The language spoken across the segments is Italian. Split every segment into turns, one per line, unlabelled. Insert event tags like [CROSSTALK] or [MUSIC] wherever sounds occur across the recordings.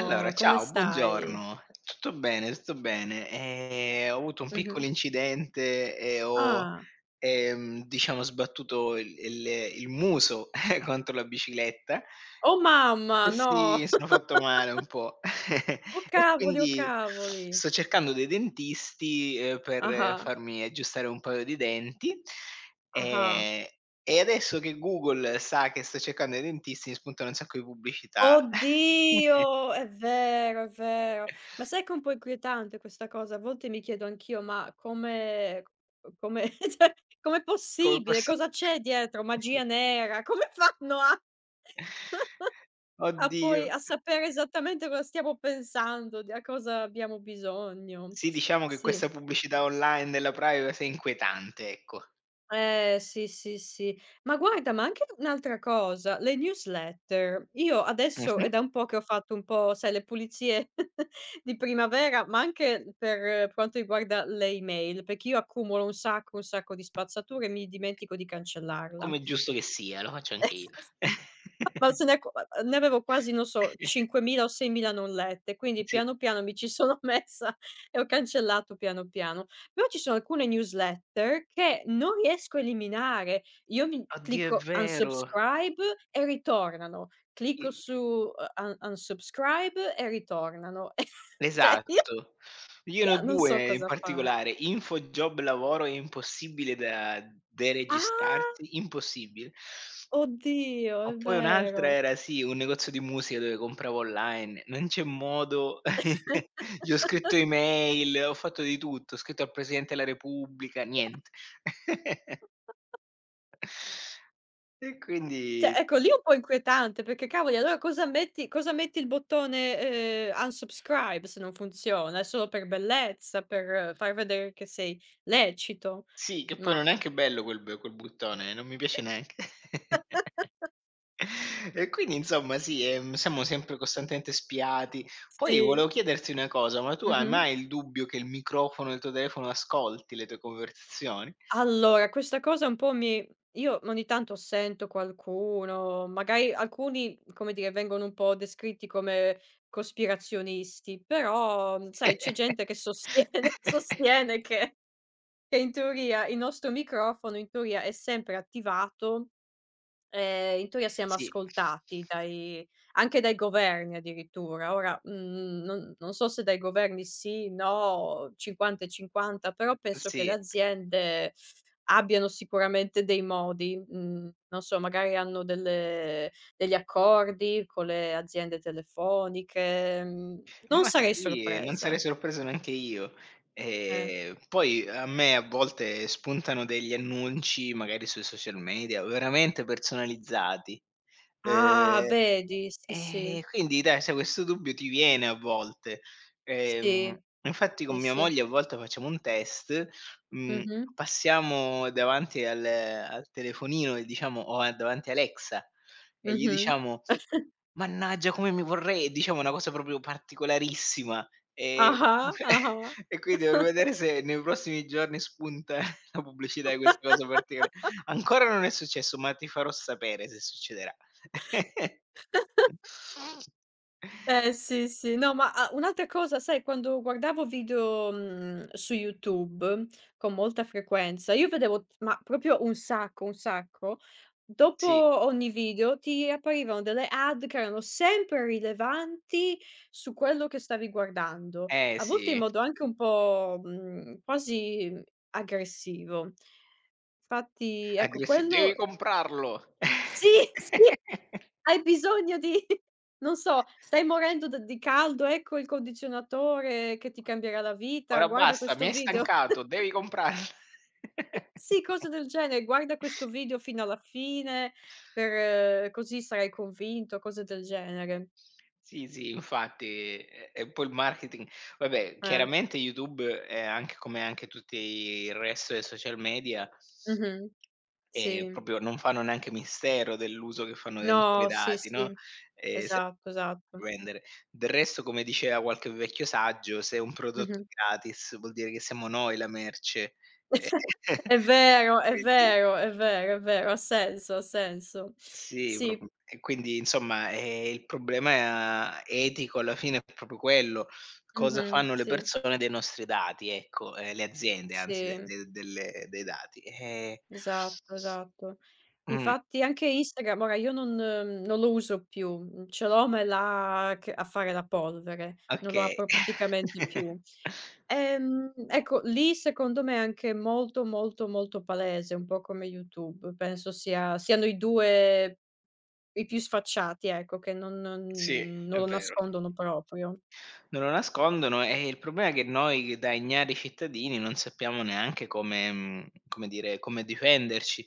Allora,
come
ciao,
stai?
buongiorno. Tutto bene, tutto bene. Ho avuto un piccolo
Mh-mh.
incidente e
Ah.
diciamo sbattuto il muso [LAUGHS] contro la bicicletta.
Oh
Eh
mamma,
sì,
no.
mi sono
[LAUGHS]
fatto male un po'.
Oh
[LAUGHS] E
cavoli, oh
quindi
cavoli.
sto cercando dei dentisti, per
Ah-ah,
farmi aggiustare un paio di denti,
ah-ah.
ehm, e adesso che Google sa che sto cercando dei dentisti, mi spuntano un sacco di pubblicità. [LAUGHS]
Oddio, è vero, è vero. Ma sai che è un po' inquietante questa cosa? A volte mi chiedo anch'io: "Ma come [LAUGHS] cioè, com'è
Come
possibile?
possi
Cosa c'è dietro? Magia
[LAUGHS]
nera? Come fanno a
Oddio.
poi a sapere esattamente cosa stiamo pensando, di a cosa abbiamo bisogno?"
Sì, diciamo che
Sì.
questa pubblicità online della privacy è inquietante, ecco.
Sì, sì, sì. Ma guarda, ma anche un'altra cosa, le newsletter. Io adesso è
Mh-mh.
da un po' che ho fatto un po', sai, le pulizie [LAUGHS] di primavera, ma anche per quanto riguarda le email, perché io accumulo un sacco di spazzatura e mi dimentico di cancellarla.
Come è giusto che sia, lo faccio anche io.
[LAUGHS] Ma
[LAUGHS]
se ne co a ne avevo quasi, non so, 5.000 o 6.000 non lette, quindi
Sì.
piano, piano mi ci [LAUGHS] sono messa e ho cancellato piano, piano. Però ci sono alcune newsletter che non riesco a eliminare. Io mi
Oddio, è
clicco
vero.
unsubscribe e ritornano, clicco
I
su, un unsubscribe e ritornano. [LAUGHS] Cioè io
esatto. Io ne ho
io non so
2 in
cosa fare.
particolare: info, job, lavoro è impossibile da
Ah!
deregistrarsi, impossibile.
Oddio,
O
è
poi un'altra
vero.
era sì, un negozio di musica dove compravo online. Non c'è modo, [LAUGHS] gli ho scritto
[LAUGHS]
email, ho fatto di tutto, ho scritto al Presidente della Repubblica, niente. [LAUGHS] E
Cioè,
quindi
ecco, lì è un po' inquietante perché cavoli, allora cosa metti il bottone, unsubscribe se non funziona? È solo per bellezza, per far vedere che sei lecito,
sì, che poi non
ma.
è neanche bello quel bottone, non mi piace neanche. [LAUGHS] E quindi insomma sì, siamo sempre costantemente spiati. Poi
Sì,
volevo chiederti una cosa, ma tu hai
mh-mh.
mai il dubbio che il microfono del tuo telefono ascolti le tue conversazioni?
Allora, questa cosa un po' mi io ogni tanto sento qualcuno, magari alcuni, come dire, vengono un po' descritti come cospirazionisti, però, sai, c'è gente che sostiene [LAUGHS]
[LAUGHS]
sostiene che in teoria il nostro microfono in teoria è sempre attivato, in teoria siamo
Sì,
ascoltati dai anche dai governi addirittura. Ora, non so se dai governi sì, no, 50 e 50, però penso che le
sì,
aziende abbiano sicuramente dei modi, non so, magari hanno delle degli accordi con le aziende telefoniche, non
ma
sarei
sì, non sarei
sorpresa,
sorpreso neanche io.
eh.
Poi a me a volte spuntano degli annunci, magari sui social media, veramente personalizzati.
Ah,
Ehm
vedi, sì, sì,
Quindi dai, sai questo dubbio ti viene a volte. Ehm,
sì.
Infatti con
Sì,
mia
sì.
moglie a volte facciamo un test, mhmm,
Mh-mh.
passiamo davanti al telefonino e diciamo o a davanti a Alexa e gli
Mh-mh.
diciamo: "Mannaggia come mi vorrei", diciamo una cosa proprio particolarissima, ehm,
Ah-ah,
[LAUGHS]
ah-ah.
e quindi per vedere se nei prossimi giorni spunta [LAUGHS] la pubblicità di questa cosa particolare. Ancora non è successo, ma ti farò sapere se succederà. [LAUGHS]
[LAUGHS] Eh sì, sì. No, ma, a un'altra cosa, sai, quando guardavo video, su YouTube con molta frequenza, io vedevo ma proprio un sacco, dopo
Sì,
ogni video ti apparivano delle ad che erano sempre rilevanti su quello che stavi guardando,
eh
a volte in
sì,
modo anche un po', quasi aggressivo. Infatti, ecco
aggressi
quello
"Devi comprarlo!"
sì, [LAUGHS] sì.
[LAUGHS]
Hai bisogno di [LAUGHS] non so, stai morendo d di caldo, ecco il condizionatore che ti cambierà la vita,
"Ora
guarda
basta, mi
questo
hai
video.
stancato,
[LAUGHS]
devi comprarlo."
Sì, cose
[LAUGHS]
del genere, guarda questo video fino alla fine per così sarai convinto, cose del genere.
Sì, sì, infatti, e poi il marketing, vabbè,
Eh.
chiaramente YouTube è anche come anche tutti il resto dei social media,
Mh-mh. Sì.
proprio non fanno neanche mistero dell'uso che fanno dei nostri
No, sì,
dati, no,
sì.
se
Esatto, esatto.
vendere. Del resto, come diceva qualche vecchio saggio, se è un prodotto è
Mh-mh.
gratis vuol dire che siamo noi la merce. E
[LAUGHS] È
[LAUGHS]
vero, è
quindi
vero, è vero, è vero, ha senso, ha senso.
sì,
Sì.
proprio e quindi insomma, il problema etico alla fine è proprio quello: cosa
Mh-mh.
fanno le
Sì,
persone dei nostri dati, ecco, le aziende, anzi, le
sì.
de delle dei dati.
Esatto, esatto.
Mh,
Infatti anche Instagram ora io non lo uso più, ce l'ho ma è là che a fare la polvere, non lo
okay.
apro praticamente più.
[LAUGHS]
Ecco, lì secondo me è anche molto, molto, molto palese, un po' come YouTube. Penso siano i 2 i più sfacciati, ecco, che non non
Sì,
non
è
lo
vero.
nascondono proprio.
Non lo nascondono e il problema è che noi da ignari cittadini non sappiamo neanche come, come dire, come difenderci.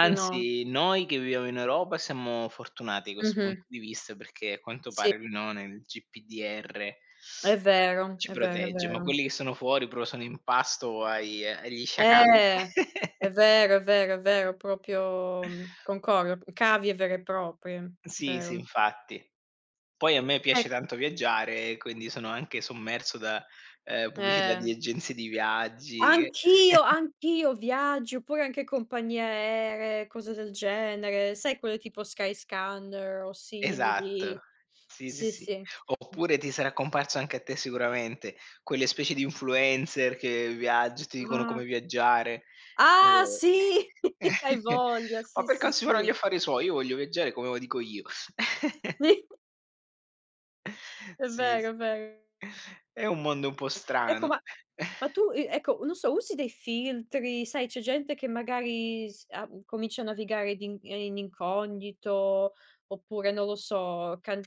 No.
noi che viviamo in Europa siamo fortunati da questo punto
Mh-mh.
di vista perché a quanto
Sì,
pare l no, nel GPDR
è vero,
ci
è vero, è
protegge, ma
vero.
quelli che sono fuori, però sono in pasto ai agli sciacalli.
Eh, è
[LAUGHS]
vero, è vero, è vero, proprio, concordo, cavie vere e proprie,
Sì, sì,
vero.
infatti. Poi a me piace
Ec
tanto viaggiare e quindi sono anche sommerso da, pubblicità di
Eh,
agenzie di viaggi [LAUGHS]
anch'io,
che
anch'io viaggio, oppure anche compagnie aeree, cose del genere, sai quelle tipo Skyscanner o
esatto.
simili.
Sì, sì,
Sì,
sì.
sì. Mh,
Oppure ti sarà comparso anche a te sicuramente, quelle specie di influencer che viaggi ti dicono
ah,
come viaggiare,
ah
ehm
sì, [LAUGHS] hai
[LAUGHS]
voglia,
ma
sì,
perché
sì,
ognuno gli
sì.
affari suoi, io voglio viaggiare come lo dico io.
[LAUGHS] Sì,
[LAUGHS]
è
Sì, s
vero, è vero.
è un mondo un po'
Ecco,
strano.
Ma
[LAUGHS]
tu, ecco, non so, usi dei filtri, sai, c'è gente che magari s a comincia a navigare di in in incognito, oppure non lo so, can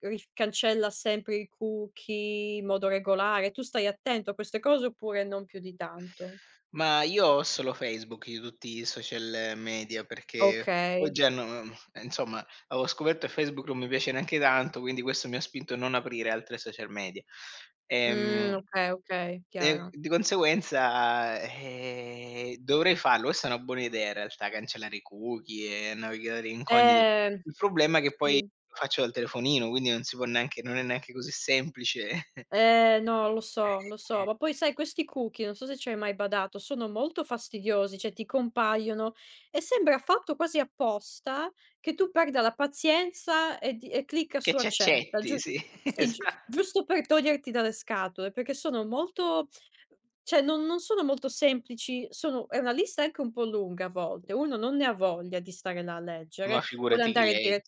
ri cancella sempre i cookie in modo regolare. Tu stai attento a queste cose oppure non più di tanto?
Ma io ho solo Facebook di tutti i social media, perché poi
Okay.
già no insomma, avevo scoperto che Facebook non mi piace neanche tanto, quindi questo mi ha spinto a non aprire altre social media. Ehm,
Okay, okay,
e
chiaro.
di conseguenza, dovrei farlo, questa è una buona idea in realtà, cancellare i cookie e navigatore incognito.
Ehm,
Il problema è che poi
sì.
lo faccio dal telefonino, quindi non si può neanche, non è neanche così semplice. [LAUGHS]
No, lo so, ma poi sai questi cookie, non so se ci hai mai badato, sono molto fastidiosi, cioè ti compaiono e sembra fatto quasi apposta che tu perda la pazienza e di e clicca
Che
su
ci
accetta,
accetti,
giu
sì, [LAUGHS]
sì, giu
esatto.
giusto per toglierti dalle scatole, perché sono molto cioè non sono molto semplici, sono è una lista anche un po' lunga a volte, uno non ne ha voglia di stare là a
Ma
leggere, vuole
figurati chi
andare
legge.
dire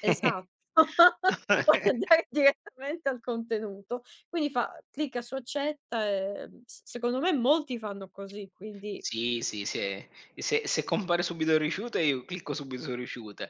esatto, [LAUGHS] vuole
[LAUGHS]
andare direttamente al contenuto. Quindi fa clicca su accetta, s secondo me molti fanno così, quindi.
Sì, sì, se compare subito rifiuta io clicco subito su rifiuta.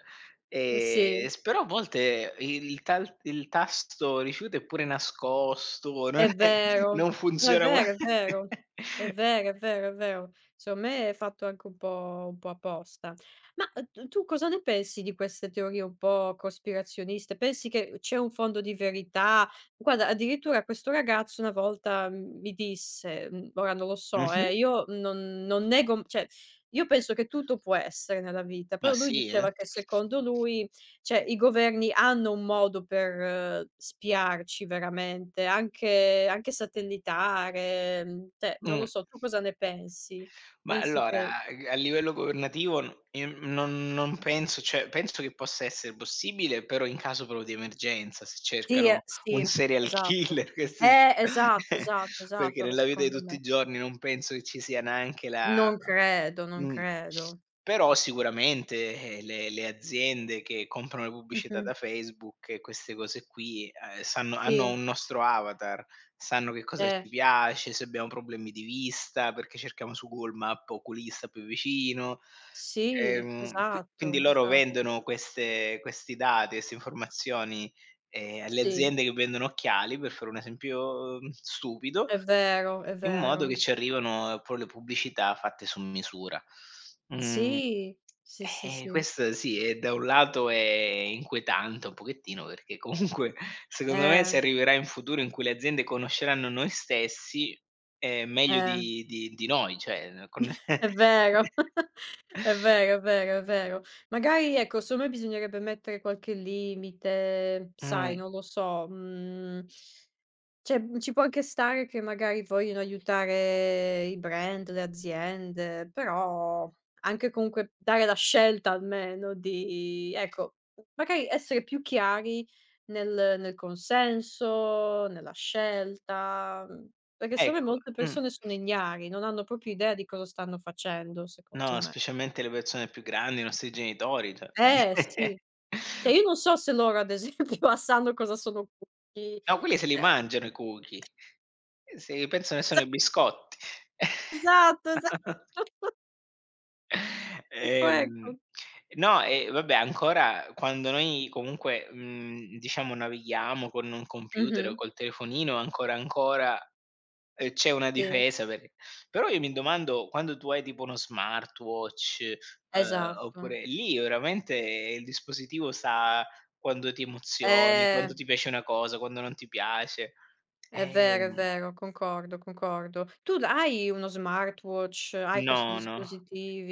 Sì.
S però a volte il tasto rifiuta è pure nascosto,
È vero.
non
No, è
funziona. [LAUGHS] Gua,
vero, è vero. È vero, è vero, è vero. Secondo me è fatto anche un po' apposta. Ma, t tu cosa ne pensi di queste teorie un po' cospirazioniste? Pensi che c'è un fondo di verità? Guarda, addirittura questo ragazzo una volta, mi disse, ora non lo so
mh-mh,
io non nego cioè, io penso che tutto può essere nella vita,
ma
però lui
sì, eh.
diceva che secondo lui cioè, i governi hanno un modo per spiarci veramente, anche satellitare, cioè, non lo
Mh.
so, tu cosa ne pensi?
Ma
Pensi che
allora, a livello governativo n non penso, cioè, penso che possa essere possibile, però in caso proprio di emergenza, se
sì,
cercano un
sì,
serial [LAUGHS]
esatto.
killer che si
Esatto,
[LAUGHS]
esatto,
perché
esatto,
nella vita di
secondo
tutti
me.
i giorni non penso che ci sia neanche la
Non credo, non
mh.
credo.
Però sicuramente, le aziende che comprano le pubblicità
Mh-mh.
da Facebook e queste cose qui, sanno, hanno
Sì,
un nostro avatar. Sanno che cosa ci
eh,
piace, se abbiamo problemi di vista, perché cerchiamo su Google Map oculista più vicino.
sì,
Quindi
esatto,
loro
esatto.
vendono queste questi dati, queste informazioni, alle
Sì,
aziende che vendono occhiali, per fare un esempio, stupido,
è vero, è
in modo
vero.
che ci arrivano, poi le pubblicità fatte su misura. Mhmm,
Sì, sì, sì, sì.
questo sì, e da un lato è inquietante un pochettino, perché comunque secondo me si
Eh,
arriverà in futuro in cui le aziende conosceranno noi stessi, meglio
eh.
di noi, cioè n con
È
[LAUGHS]
vero, [LAUGHS] è vero, è vero, è vero. Magari ecco, secondo me bisognerebbe mettere qualche limite, sai,
Mh,
non lo so, mhmm cioè, ci può anche stare che magari vogliono aiutare i brand, le aziende, però anche comunque dare la scelta almeno di ecco, magari essere più chiari nel consenso, nella scelta, perché secondo me
ecco,
molte
mh.
persone sono ignari, non hanno proprio idea di cosa stanno facendo, secondo
No,
me.
specialmente le persone più grandi, i nostri genitori, cioè [LAUGHS]
Sì. Cioè io non so se loro ad esempio [LAUGHS] sanno cosa sono cookie.
no, quelli se li
Cioè
mangiano i cookie, si pensano che sono i
esa
biscotti.
esatto, esa
[LAUGHS] [LAUGHS]
Ecco,
Ehm,
ecco.
no, e vabbè, ancora quando noi comunque, diciamo navighiamo con un computer o
Mh-mh.
col telefonino, c'è una
Sì,
difesa per, però io mi domando quando tu hai tipo uno smartwatch,
esatto.
oppure lì veramente il dispositivo sa quando ti emozioni,
Eh,
quando ti piace una cosa, quando non ti piace.
è
Ehm,
vero, concordo, concordo. Tu l hai uno smartwatch, hai questi
no, no,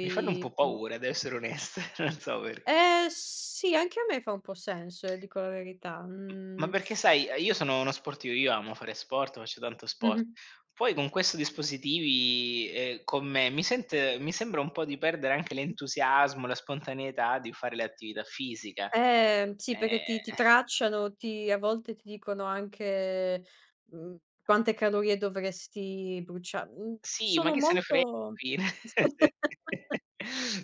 mi fanno un po'
mhmm
paura, devo essere onesto, [LAUGHS] non so per
sì, anche a me fa un po' senso, dico la verità.
M ma
Mhmm,
perché sai, io sono uno sportivo, io amo fare sport, faccio tanto sport.
Mh-mh.
Poi con questo dispositivi, con me, mi sembra un po' di perdere anche l'entusiasmo, la spontaneità di fare l'attività fisica.
Sì, perché ti
Ehm,
tracciano, ti a volte ti dicono anche, mhmm, quante calorie dovresti brucia,
sì, ma
sono
chi se ne frega alla
molto
fine.
[LAUGHS]
[LAUGHS]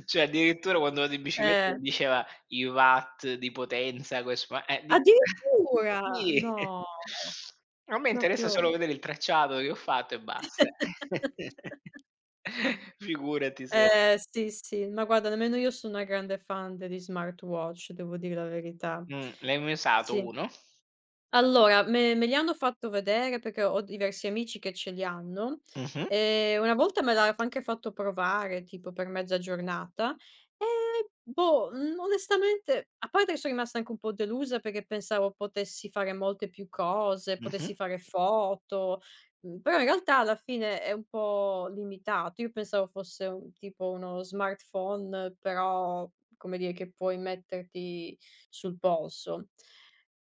Cioè addirittura quando vado in bicicletta mi
eh.
diceva i watt di potenza, questo ma dico
Addirittura!
sì.
No,
A me interessa
proprio.
solo vedere il tracciato che ho fatto e basta. [LAUGHS] Figurati se
Sì, sì, ma guarda nemmeno io sono una grande fan degli smartwatch, devo dir la verità.
l'hai mai usato
Sì.
uno?
Allora, me li hanno fatto vedere perché ho diversi amici che ce li hanno,
Mh-mh,
una volta me l'ha f anche fatto provare, tipo per mezza giornata e boh, onestamente a parte che sono rimasta anche un po' delusa perché pensavo potessi fare molte più cose,
mh-mh,
potessi fare foto, però in realtà alla fine è un po' limitato. Io pensavo fosse un tipo uno smartphone, però come dire che puoi metterti sul polso.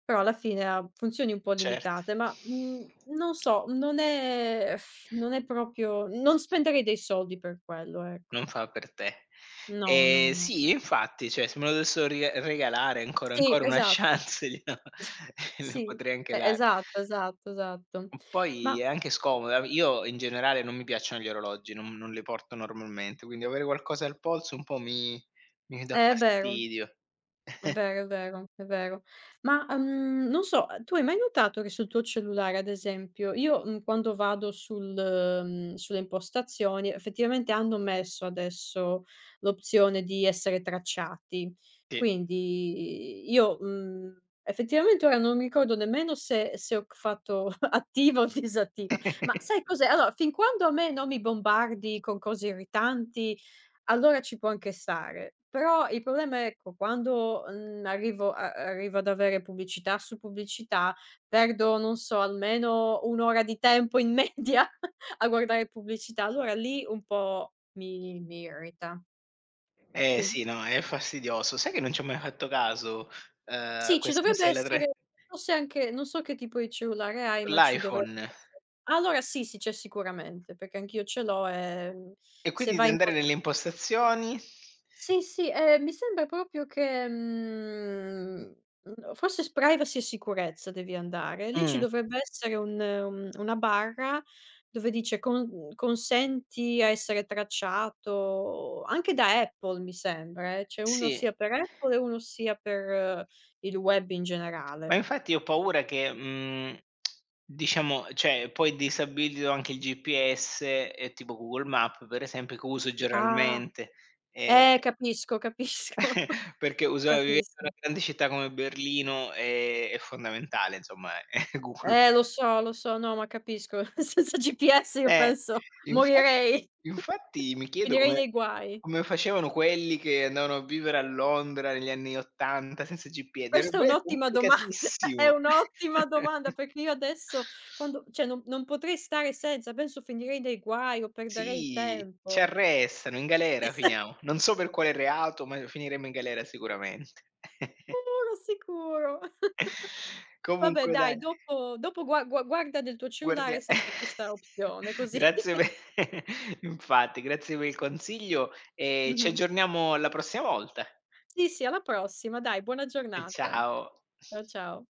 Però alla fine ha funzioni un po'
certo.
limitate, ma, non so, non è proprio non spenderei dei soldi per quello, ecco.
Non fa per te.
No, no, no.
Sì, infatti, cioè se me lo dovessero ri regalare ancora
Sì,
ancora una [LAUGHS]
esatto,
chance gliela
sì,
potrei anche
e
dare.
esatto, esatto, esatto.
Mhmm, Poi
Ma,
è anche scomoda. Io in generale non mi piacciono gli orologi, non li porto normalmente, quindi avere qualcosa al polso un po' mi dà
è vero.
fastidio.
È vero, è vero, è vero. Ma, non so, tu hai mai notato che sul tuo cellulare, ad esempio, io, quando vado sul sulle impostazioni, effettivamente hanno messo adesso l'opzione di essere tracciati.
Sì.
Quindi io, effettivamente ora non mi ricordo nemmeno se ho c fatto [LAUGHS] attiva o disattiva. Ma sai
[LAUGHS]
cos'è? Allora, fin quando a me non mi bombardi con cose irritanti allora ci può anche stare, però il problema è, ecco, quando, arrivo ad avere pubblicità su pubblicità, perdo, non so, almeno 1 ora di tempo in media [LAUGHS] a guardare pubblicità. Allora lì un po' mi irrita.
Eh
Quin
sì, no, è fastidioso. Sai che non ci ho mai fatto caso, a
sì, ci
questa cosa
dovrebbe
della tra
essere forse anche non so che tipo di cellulare hai, ma ci dovrebbe
l'iPhone.
essere. Allora sì, sì, c'è sicuramente, perché anch'io ce l'ho e,
E quindi
se
devi
vai in
andare nelle
posta.
impostazioni
Sì, sì, mi sembra proprio che, forse s privacy e sicurezza devi andare. Lì ci
mh,
dovrebbe essere un una barra dove dice: "Consenti a essere tracciato", anche da Apple mi sembra, eh. C'è uno
sì.
sia per Apple e uno sia per il web in
Ma
generale.
infatti ho paura che, diciamo cioè poi disabilito anche il GPS e tipo Google Maps per esempio che uso
Ah,
giornalmente, ehm,
capisco, capisco, [LAUGHS]
[LAUGHS] perché usa vivendo in una
capisco.
grande città come Berlino è fondamentale, insomma, [LAUGHS] Google
Lo so, no, ma capisco. [LAUGHS] Senza GPS io
eh,
penso
infa
morirei. [LAUGHS]
infatti mi chiedo
Finirei
come
nei guai.
come facevano quelli che andavano a vivere a Londra negli anni '80 senza GP,
Questa è
dovrebbe
un'ottima domanda, [LAUGHS] è
complicatissimo.
un'ottima
[LAUGHS]
domanda perché io adesso quando cioè non potrei stare senza, penso finirei nei guai o perderei
Sì, ci
tempo.
arrestano, in galera
[LAUGHS]
finiamo. Non so per quale reato, ma finiremo in galera sicuramente. [LAUGHS]
Sicuro, sicuro. [LAUGHS] Vabbè
Comunque dai,
dai, dopo guarda nel tuo
guardia
cellulare se c'è questa opzione
[LAUGHS]
così
grazie pe
[LAUGHS]
[LAUGHS] infatti, grazie per il consiglio e ci
mh-mh.
aggiorniamo alla prossima volta.
Sì, sì, alla prossima dai, buona
E
giornata.
ciao.
Ciao, ciao.